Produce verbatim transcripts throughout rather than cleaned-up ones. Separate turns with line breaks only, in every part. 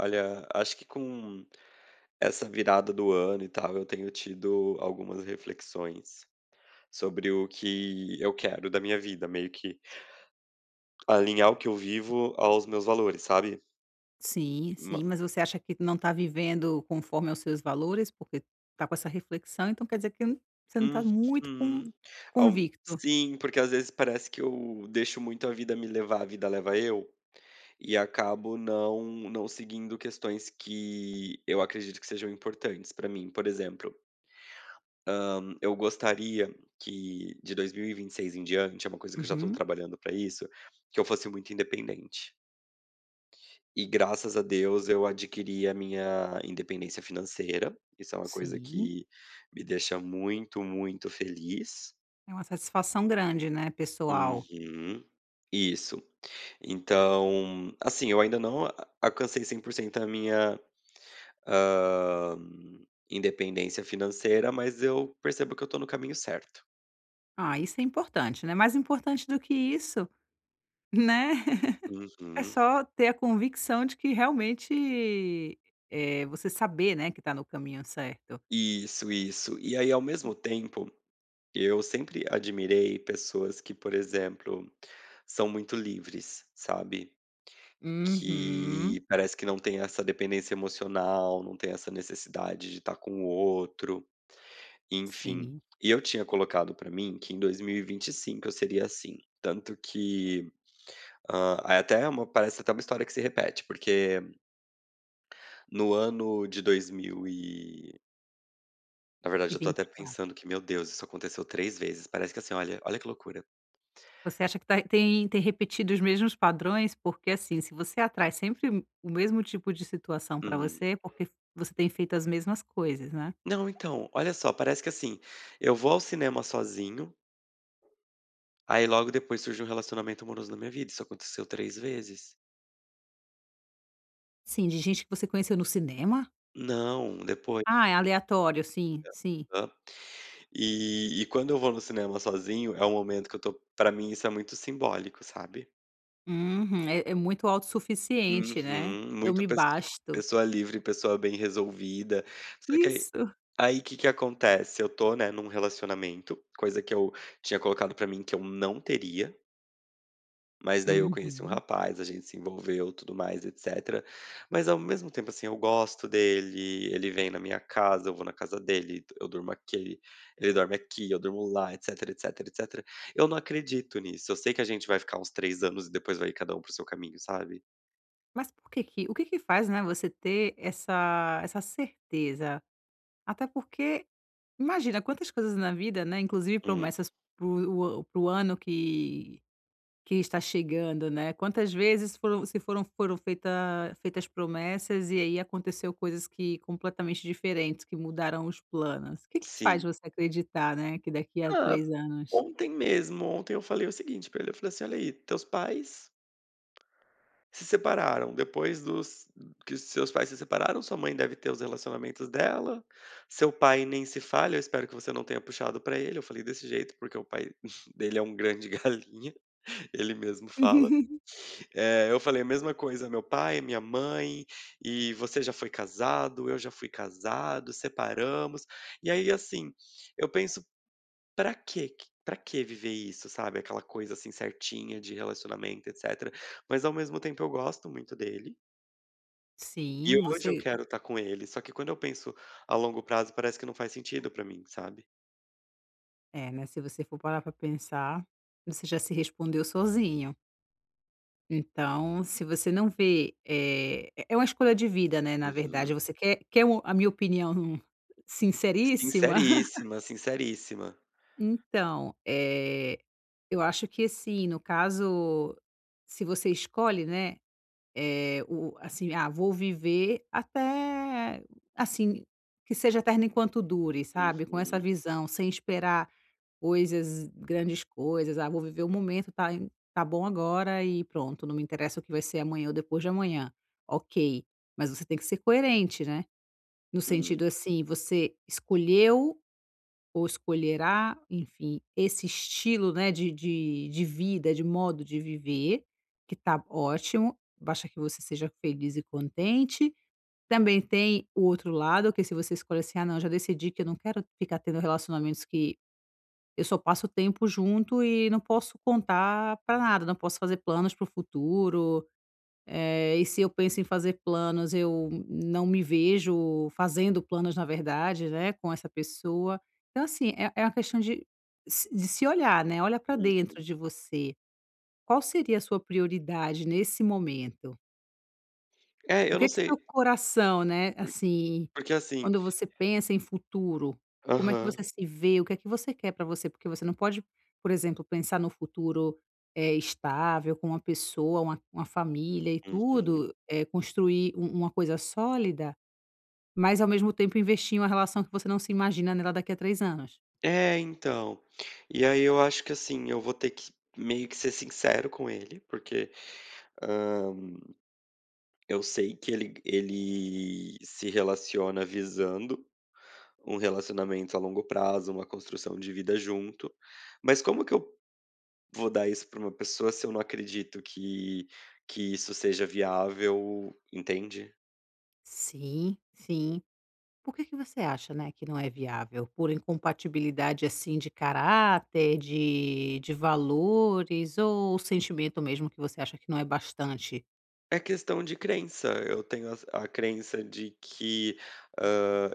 Olha, acho que com essa virada do ano e tal, eu tenho tido algumas reflexões sobre o que eu quero da minha vida, meio que alinhar o que eu vivo aos meus valores, sabe?
Sim,
Ma-
sim, mas você acha que não está vivendo conforme aos seus valores, porque está com essa reflexão, então quer dizer que n- você não está muito con
Uhum. Ao-
convicto.
Sim, porque às vezes parece que eu deixo muito a vida me levar, a vida leva eu, e acabo não não seguindo questões que eu acredito que sejam importantes pra mim. Por exemplo, Hum, eu gostaria que de dois mil e vinte e seis em diante, é uma coisa que eu já estou
Uhum,
trabalhando para isso, que eu fosse muito independente. E graças a Deus eu adquiri a minha independência financeira. Isso é uma coisa
sim,
que me deixa muito, muito feliz.
é uma satisfação grande, né, pessoal.
Uhum. Isso. Então, assim, eu ainda não a- alcancei cem por cento a minha ah, independência financeira, mas eu percebo que eu tô no caminho certo.
Ah, isso é importante, né, mais importante do que isso, né, é
Uhum.
só ter a convicção de que realmente, é você saber, né, que está no caminho certo.
Isso, isso. E aí, ao mesmo tempo, eu sempre admirei pessoas que, por exemplo, são muito livres, sabe?
Uhum,
Que parece que não tem essa dependência emocional, não tem essa necessidade de estar com o outro, enfim.
sim,
E eu tinha colocado pra mim que em dois mil e e vinte e cinco eu seria assim. Tanto que ah, aí até é uma, parece até uma história que se repete, porque no ano de dois mil. Na verdade
e
eu tô
vinte
até
e
pensando
quatro
que, meu Deus, isso aconteceu três vezes, parece que assim, olha olha que loucura.
Você acha que tá tem tem repetido os mesmos padrões? Porque, assim, se você atrai sempre o mesmo tipo de situação para
Hum.
você, é porque você tem feito as mesmas coisas, né?
Não, então, olha só, parece que assim, eu vou ao cinema sozinho, aí logo depois surge um relacionamento amoroso na minha vida, isso aconteceu três vezes.
Sim, de gente que você conheceu no cinema?
Não, depois,
Ah, é aleatório, sim, sim.
hã. E e quando eu vou no cinema sozinho, é um momento que eu tô pra mim isso é muito simbólico, sabe.
Uhum. É é muito autossuficiente, né.
Uhum,
Eu
muito
me
pes
basto.
pessoa livre, pessoa bem resolvida. Só que aí
Isso.
aí que que acontece, eu tô, né, num relacionamento, coisa que eu tinha colocado pra mim que eu não teria, mas daí eu conheci um
Uhum.
rapaz, a gente se envolveu, tudo mais, etcétera. Mas ao mesmo tempo, assim, eu gosto dele, ele vem na minha casa, eu vou na casa dele, eu durmo aqui, ele dorme aqui, eu durmo lá, etcétera, etcétera, etcétera. Eu não acredito nisso, eu sei que a gente vai ficar uns três anos e depois vai ir cada um para o seu caminho, sabe?
Mas por que que o que que faz, né, você ter essa essa certeza? Até porque, imagina quantas coisas na vida, né, inclusive
Hum,
promessas pro o para ano que Que está chegando, né. Quantas vezes foram se foram foram feita feitas promessas e aí aconteceu coisas que completamente diferentes, que mudaram os planos. O que que faz
sim.
você acreditar, né, que daqui a
Ah,
três anos?
ontem mesmo, ontem eu falei o seguinte pra ele, eu falei assim: "Olha aí, teus pais se separaram, depois dos que os seus pais se separaram, sua mãe deve ter os relacionamentos dela, seu pai nem se fala, eu espero que você não tenha puxado pra ele", eu falei desse jeito, porque o pai dele é um grande galinha, ele mesmo fala. Eh, eu falei a mesma coisa, meu pai, minha mãe, e você já foi casado, eu já fui casado, separamos. E aí, assim, eu penso. Pra quê que pra que viver isso, sabe, aquela coisa, assim, certinha de relacionamento, etcétera. Mas ao mesmo tempo eu gosto muito dele, e
Sim,
hoje eu
você
quero estar com ele, só que quando eu penso a longo prazo parece que não faz sentido pra mim, sabe.
é, né, se você for parar para pensar, você já se respondeu sozinho. Então, se você não vê, eh, é uma escolha de vida, né, na
Uhum.
verdade, você quer quer o a minha opinião sinceríssima?
Sinceríssima, sinceríssima.
Então, eh, eu acho que assim, no caso, se você escolhe, né, eh, o assim: "Ah, vou viver até assim, que seja eterno enquanto dure", sabe, com essa
Uhum,
visão, sem esperar coisas grandes coisas. "Ah, vou viver o momento, tá em tá bom agora e pronto, não me interessa o que vai ser amanhã ou depois de amanhã". Ok, mas você tem que ser coerente, né, no
hum,
sentido assim, você escolheu ou escolherá, enfim, esse estilo, né, de de de vida, de modo de viver, que tá ótimo, basta que você seja feliz e contente. Também tem o outro lado, que se você escolhe assim: "Ah não, já decidi que eu não quero ficar tendo relacionamentos que eu só passo tempo junto e não posso contar pra nada, não posso fazer planos para o futuro". Eh, e se eu penso em fazer planos, eu não me vejo fazendo planos, na verdade, né, com essa pessoa. Então, assim, é é uma questão de se de se olhar, né, olha para dentro
uhum.
de você. Qual seria a sua prioridade nesse momento?
É,
O
eu
que
não
é que
sei,
seu coração, né,
por
assim
porque assim
quando você pensa em futuro, como é que
aham,
você se vê? O que é que você quer para você? Porque você não pode, por exemplo, pensar no futuro, eh, estável com uma pessoa, uma uma família e
uhum.
tudo, eh, construir um uma coisa sólida, mas ao mesmo tempo investir em uma relação que você não se imagina nela daqui a três anos.
É, então, e aí eu acho que, assim, eu vou ter que meio que ser sincero com ele, porque, eu sei que ele ele se relaciona visando um relacionamento a longo prazo, uma construção de vida junto, mas como que eu vou dar isso para uma pessoa se eu não acredito que que isso seja viável, entende?
Sim, sim. Por que que você acha, né, que não é viável? Por incompatibilidade, assim, de caráter, de de valores ou sentimento mesmo que você acha que não é bastante?
É questão de crença, eu tenho as a crença de que, hã,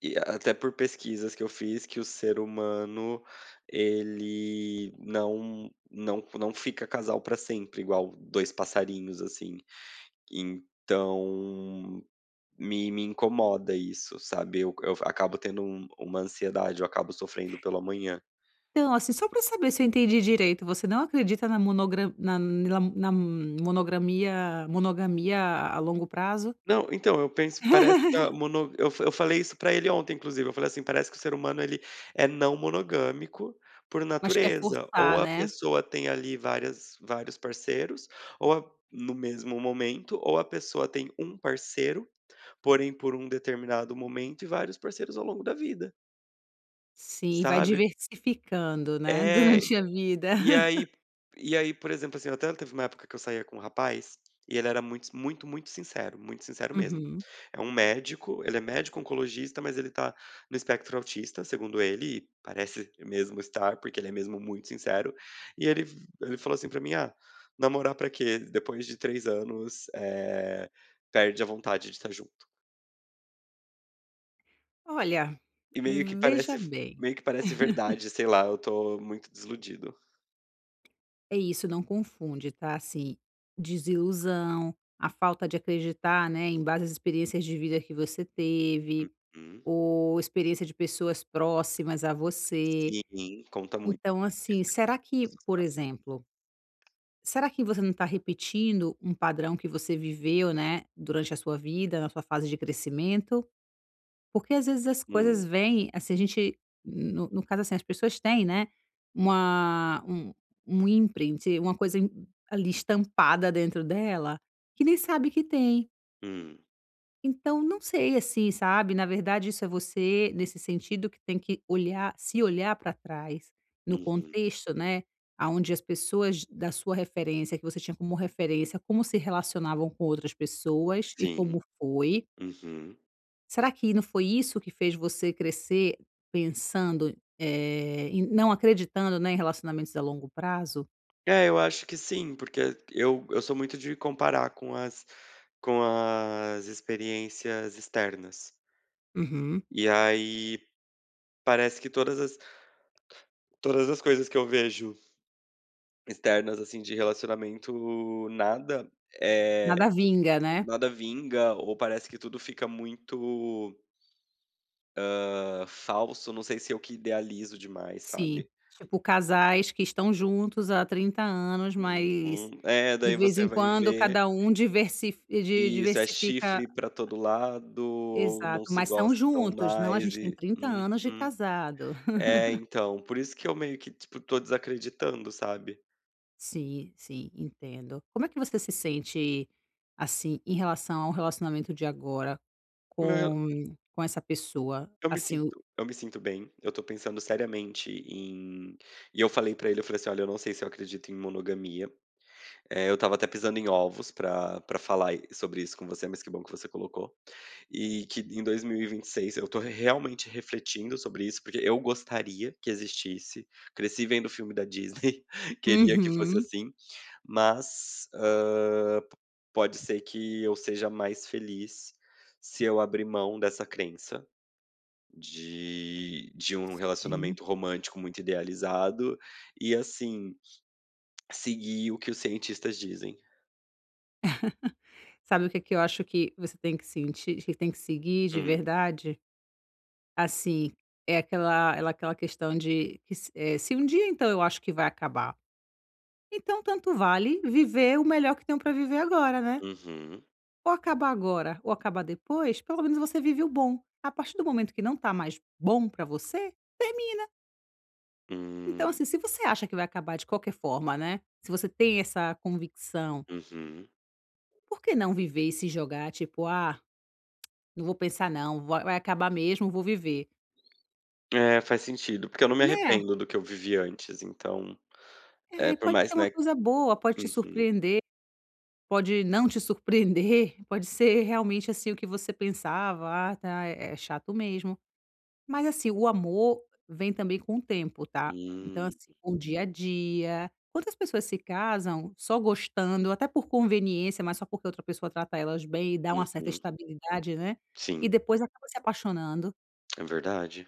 e até por pesquisas que eu fiz, que o ser humano ele não não não fica casal para sempre, igual dois passarinhos, assim. Então, me me incomoda isso, sabe, eu eu acabo tendo um uma ansiedade, eu acabo sofrendo pelo amanhã.
Então, assim, só para saber se eu entendi direito, você não acredita na monogra na na na monogramia monogamia a longo prazo,
Não, então, eu penso parece que a mono eu f- eu falei isso pra ele ontem inclusive, eu falei assim: "Parece que o ser humano ele é não monogâmico por
mas quer
natureza, ou
forçar,
a
né.
pessoa tem ali várias vários parceiros, ou a no mesmo momento, ou a pessoa tem um parceiro, porém por um determinado momento e vários parceiros ao longo da vida",
Sim, e vai
sabe.
diversificando, né,
É.
durante a vida.
E aí e aí, por exemplo, assim, até teve uma época que eu saía com um rapaz, e ele era muito muito, muito sincero, muito sincero mesmo.
Uhum.
É um médico, ele é médico oncologista, mas ele tá no espectro autista, segundo ele, e parece mesmo estar, porque ele é mesmo muito sincero. E ele ele falou assim pra mim: "Ah, namorar pra quê? Depois de três anos, eh, perde a vontade de estar junto".
Olha,
E meio que
veja
parece
bem,
meio que parece verdade, sei lá, eu tô muito desiludido.
é isso, não confunde, tá, assim, desilusão, a falta de acreditar, né, em base às experiências de vida que você teve,
Hum.
ou experiência de pessoas próximas a você.
Sim, conta muito
Então,
a
assim,
experiência
será
das
que, por
pessoas.
exemplo, será que você não está repetindo um padrão que você viveu, né, durante a sua vida, na sua fase de crescimento? Porque às vezes as
Hum,
coisas vêm, assim, a gente, no, no caso assim, as pessoas têm, né, uma, um, um imprint, uma coisa em- ali estampada dentro dela, que nem sabe que tem.
hum,
Então, não sei, assim, sabe, na verdade isso é você, nesse sentido, que tem que olhar se olhar para trás, no
uhum.
contexto, né, aonde as pessoas da sua referência, que você tinha como referência, como se relacionavam com outras pessoas e
Sim,
como foi.
uhum.
Será que não foi isso que fez você crescer pensando, eh, em não acreditando, né, em relacionamentos a longo prazo?
É, eu acho que sim, porque eu eu sou muito de comparar com as com as experiências externas.
Uhum.
E aí parece que todas as todas as coisas que eu vejo externas, assim, de relacionamento, nada, é
Nada vinga, né?
nada vinga ou parece que tudo fica muito, hã, falso, não sei se eu que idealizo demais,
Sim,
sabe.
tipo casais que estão juntos há trinta anos,
Uhum.
mas
É,
de
daí
vez
você
em
vai
quando
ver.
cada um diversifi di
Isso, é
diversifica
chifre pra todo lado ou não
exato,
se
mas são
gostam
juntos, não, a
mais
gente tem
e
trinta anos de
uhum.
casado.
É, então, por isso que eu meio que, tipo, tô desacreditando, sabe.
Sim, sim, entendo. Como é que você se sente, assim, em relação ao relacionamento de agora
Meu re
com com essa pessoa?
eu me
Assim, o
sinto eu me sinto bem, eu tô pensando seriamente em e eu falei pra ele, eu falei assim: "Olha, eu não sei se eu acredito em monogamia". É, eu estava até pisando em ovos pra pra falar e sobre isso com você, mas que bom que você colocou. E que em dois mil e vinte e seis eu estou realmente refletindo sobre isso, porque eu gostaria que existisse, cresci vendo o filme da Disney, queria que fosse
uhum,
assim, mas, hã, p pode ser que eu seja mais feliz se eu abrir mão dessa crença de de um
sim.
relacionamento romântico muito idealizado e, assim, seguir o que os cientistas dizem.
Sabe o que é que eu acho que você tem que sentir que tem que seguir de
Hum.
verdade? Assim, é aquela ela aquela questão de que se eh, se um dia então eu acho que vai acabar, então tanto vale viver o melhor que tenho para viver agora, né.
Uhum.
Ou acabar agora ou acabar depois, pelo menos você vive o bom. A partir do momento que não tá mais bom para você, termina. Então
Hum,
assim, se você acha que vai acabar de qualquer forma, né, se você tem essa convicção,
uhum.
por que não viver e se jogar, tipo: "Ah, não vou pensar não, vai vai acabar mesmo, vou viver",
É, faz sentido, porque eu não me
né.
arrependo do que eu vivi antes, então, é
É,
por
pode
mais,
ser uma
né.
coisa boa, pode te
Uhum.
surpreender. Pode não te surpreender, pode ser realmente, assim, o que você pensava: "Ah, tá, é é chato mesmo". Mas, assim, o amor vem também com o tempo, tá. Então,
Hum,
assim, com o dia a dia. Quantas pessoas se casam só gostando, até por conveniência, mas só porque outra pessoa trata elas bem e dá uma certa
uhum.
estabilidade, né, e
Sim,
depois acaba se apaixonando.
é verdade.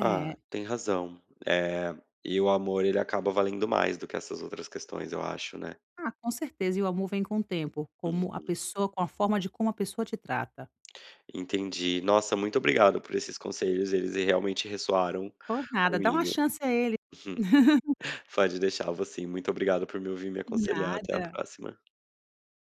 Ah, tem razão. É, e o amor ele acaba valendo mais do que essas outras questões, eu acho, né.
Ah, com certeza. E o amor vem com o tempo,
Uhum.
como a pessoa com a forma de como a pessoa te trata.
Entendi. Nossa, muito obrigado por esses conselhos, eles realmente ressoaram
Por nada, dá uma
comigo.
chance a ele.
Pode deixar, vou sim. Muito obrigado por me ouvir e me
Por
aconselhar. Até a
nada.
próxima.